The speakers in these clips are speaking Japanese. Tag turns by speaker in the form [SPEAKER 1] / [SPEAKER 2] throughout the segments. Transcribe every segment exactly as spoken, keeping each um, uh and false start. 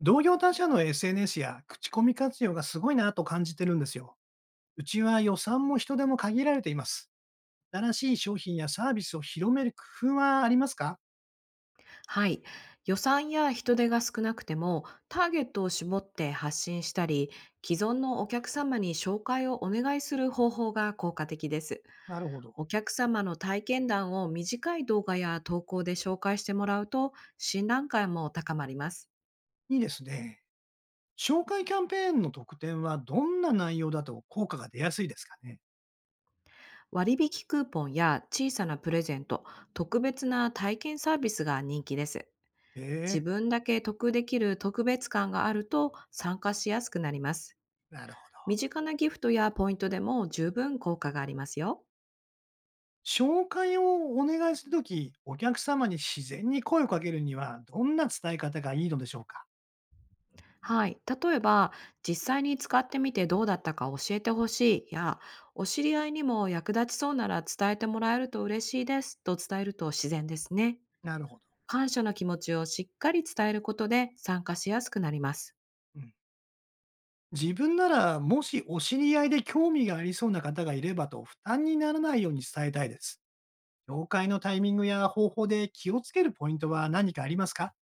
[SPEAKER 1] 同業他社の エスエヌエス や口コミ活用がすごいなと感じてるんですよ。うちは予算も人手も限られています。新しい商品やサービスを広める工夫はありますか？
[SPEAKER 2] はい。予算や人手が少なくても、ターゲットを絞って発信したり、既存のお客様に紹介をお願いする方法が効果的です。
[SPEAKER 1] なるほど。
[SPEAKER 2] お客様の体験談を短い動画や投稿で紹介してもらうと、信頼感も高まります。
[SPEAKER 1] いいですね。紹介キャンペーンの特典はどんな内容だと効果が出やすいですかね？
[SPEAKER 2] 割引クーポンや小さなプレゼント、特別な体験サービスが人気です。自
[SPEAKER 1] え
[SPEAKER 2] 分だけ得できる特別感があると参加しやすくなります。
[SPEAKER 1] えなるほど。
[SPEAKER 2] 身近なギフトやポイントでも十分効果がありますよ。
[SPEAKER 1] 紹介をお願いするとき、お客様に自然に声をかけるには、どんな伝え方がいいのでしょうか？
[SPEAKER 2] はい。例えば、実際に使ってみてどうだったか教えてほしいや、お知り合いにも役立ちそうなら伝えてもらえると嬉しいですと伝えると自然ですね。
[SPEAKER 1] なるほど。
[SPEAKER 2] 感謝の気持ちをしっかり伝えることで参加しやすくなります。
[SPEAKER 1] うん、自分なら、もしお知り合いで興味がありそうな方がいればと負担にならないように伝えたいです。紹介のタイミングや方法で気をつけるポイントは何かありますか？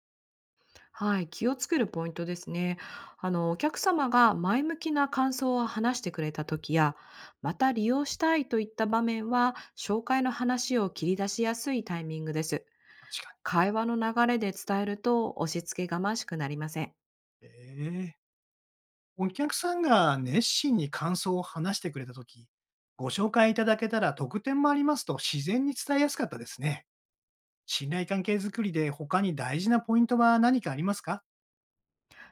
[SPEAKER 2] はい、気をつけるポイントですね。あの、お客様が前向きな感想を話してくれた時や、また利用したいといった場面は、紹介の話を切り出しやすいタイミングです。
[SPEAKER 1] 確か
[SPEAKER 2] 会話の流れで伝えると押し付けがましくなりません。
[SPEAKER 1] に。ええお客さんが熱心に感想を話してくれたとき、ご紹介いただけたら特典もありますと自然に伝えやすかったですね。信頼関係づくりで他に大事なポイントは何かありますか？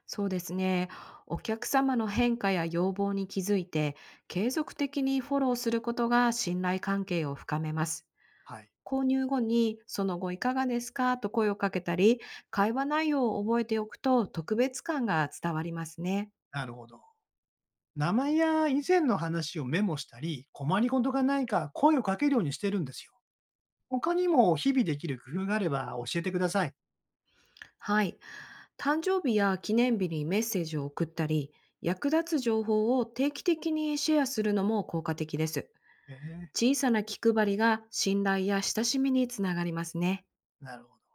[SPEAKER 2] そうですね。お客様の変化や要望に気づいて、継続的にフォローすることが信頼関係を深めます。
[SPEAKER 1] はい。
[SPEAKER 2] 購入後に、その後いかがですかと声をかけたり、会話内容を覚えておくと特別感が伝わりますね。
[SPEAKER 1] なるほど。名前や以前の話をメモしたり、困りごとがないか声をかけるようにしてるんですよ。他にも日々できる工夫があれば教えてください。
[SPEAKER 2] はい。誕生日や記念日にメッセージを送ったり、役立つ情報を定期的にシェアするのも効果的です。
[SPEAKER 1] えー
[SPEAKER 2] 小さな気配りが信頼や親しみにつながりますね。
[SPEAKER 1] なるほど。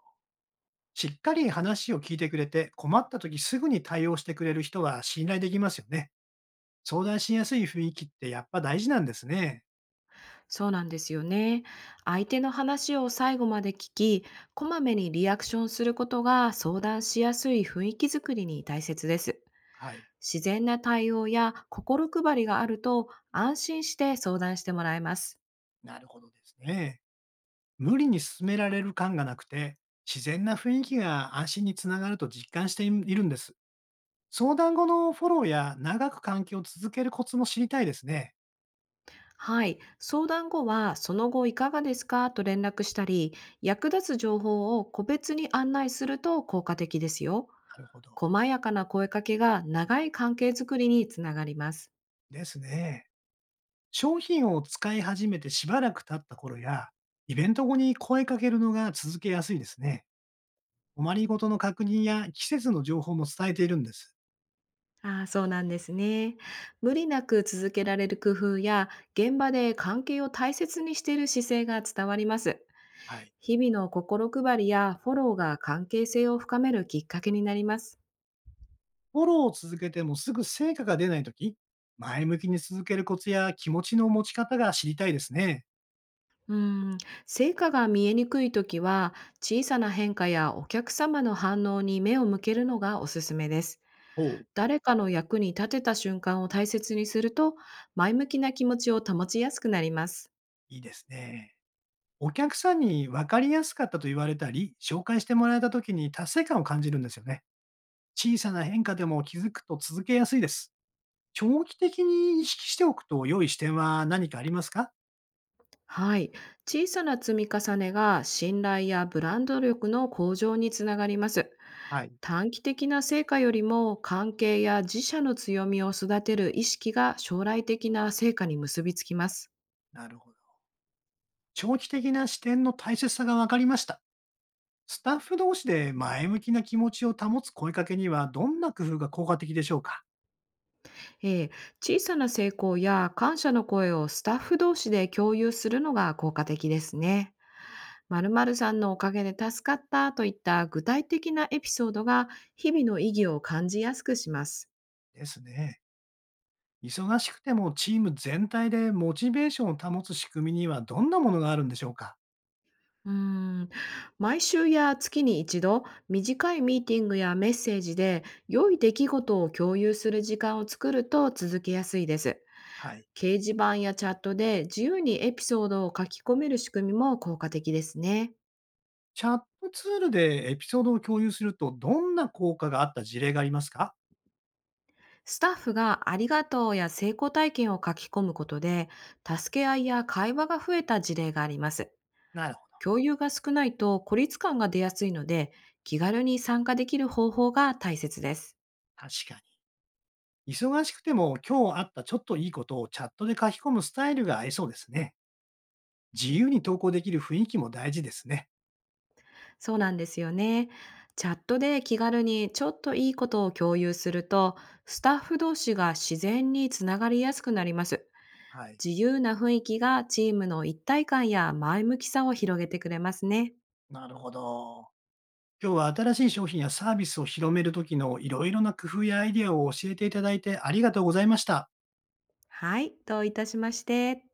[SPEAKER 1] しっかり話を聞いてくれて、困った時すぐに対応してくれる人は信頼できますよね。相談しやすい雰囲気ってやっぱ大事なんですね。
[SPEAKER 2] そうなんですよね。相手の話を最後まで聞き、こまめにリアクションすることが相談しやすい雰囲気づくりに大切です。
[SPEAKER 1] はい。
[SPEAKER 2] 自然な対応や心配りがあると安心して相談してもらえます。
[SPEAKER 1] なるほどですね。無理に進められる感がなくて、自然な雰囲気が安心につながると実感しているんです。相談後のフォローや長く関係を続けるコツも知りたいですね。
[SPEAKER 2] はい。相談後は、その後いかがですかと連絡したり、役立つ情報を個別に案内すると効果的ですよ。
[SPEAKER 1] なるほど。
[SPEAKER 2] 細やかな声かけが長い関係づくりにつながります。
[SPEAKER 1] ですね。商品を使い始めてしばらく経った頃や、イベント後に声かけるのが続けやすいですね。困りごとの確認や季節の情報も伝えているんです。
[SPEAKER 2] ああ、そうなんですね。無理なく続けられる工夫や、現場で関係を大切にしている姿勢が伝わります。
[SPEAKER 1] はい。
[SPEAKER 2] 日々の心配りやフォローが関係性を深めるきっかけになります。
[SPEAKER 1] フォローを続けてもすぐ成果が出ないとき、前向きに続けるコツや気持ちの持ち方が知りたいですね。
[SPEAKER 2] うん、成果が見えにくいときは、小さな変化やお客様の反応に目を向けるのがおすすめです。
[SPEAKER 1] おう、
[SPEAKER 2] 誰かの役に立てた瞬間を大切にすると、前向きな気持ちを保ちやすくなります。
[SPEAKER 1] いいですね。お客さんに分かりやすかったと言われたり、紹介してもらえた時に達成感を感じるんですよね。小さな変化でも気づくと続けやすいです。長期的に意識しておくと良い視点は何かありますか？
[SPEAKER 2] はい。小さな積み重ねが信頼やブランド力の向上につながります。
[SPEAKER 1] はい。
[SPEAKER 2] 短期的な成果よりも、関係や自社の強みを育てる意識が将来的な成果に結びつきます。
[SPEAKER 1] なるほど。長期的な視点の大切さが分かりました。スタッフ同士で前向きな気持ちを保つ声かけにはどんな工夫が効果的でしょうか？
[SPEAKER 2] えー小さな成功や感謝の声をスタッフ同士で共有するのが効果的ですね。〇〇さんのおかげで助かったといった具体的なエピソードが、日々の意義を感じやすくします。
[SPEAKER 1] ですね。忙しくてもチーム全体でモチベーションを保つ仕組みにはどんなものがあるんでしょうか？
[SPEAKER 2] うーん、毎週や月に一度、短いミーティングやメッセージで、良い出来事を共有する時間を作ると続けやすいです。
[SPEAKER 1] はい。
[SPEAKER 2] 掲示板やチャットで自由にエピソードを書き込める仕組みも効果的ですね。
[SPEAKER 1] チャットツールでエピソードを共有すると、どんな効果があった事例がありますか？
[SPEAKER 2] スタッフがありがとうや成功体験を書き込むことで、助け合いや会話が増えた事例があります。
[SPEAKER 1] なるほど。
[SPEAKER 2] 共有が少ないと孤立感が出やすいので、気軽に参加できる方法が大切です。
[SPEAKER 1] 確かに。忙しくても今日あったちょっといいことをチャットで書き込むスタイルが合いそうですね。自由に投稿できる雰囲気も大事ですね。
[SPEAKER 2] そうなんですよね。チャットで気軽にちょっといいことを共有すると、スタッフ同士が自然につながりやすくなります。
[SPEAKER 1] はい。
[SPEAKER 2] 自由な雰囲気がチームの一体感や前向きさを広げてくれますね。
[SPEAKER 1] なるほど。今日は新しい商品やサービスを広めるときのいろいろな工夫やアイディアを教えていただいてありがとうございました。
[SPEAKER 2] はい、どういたしまして。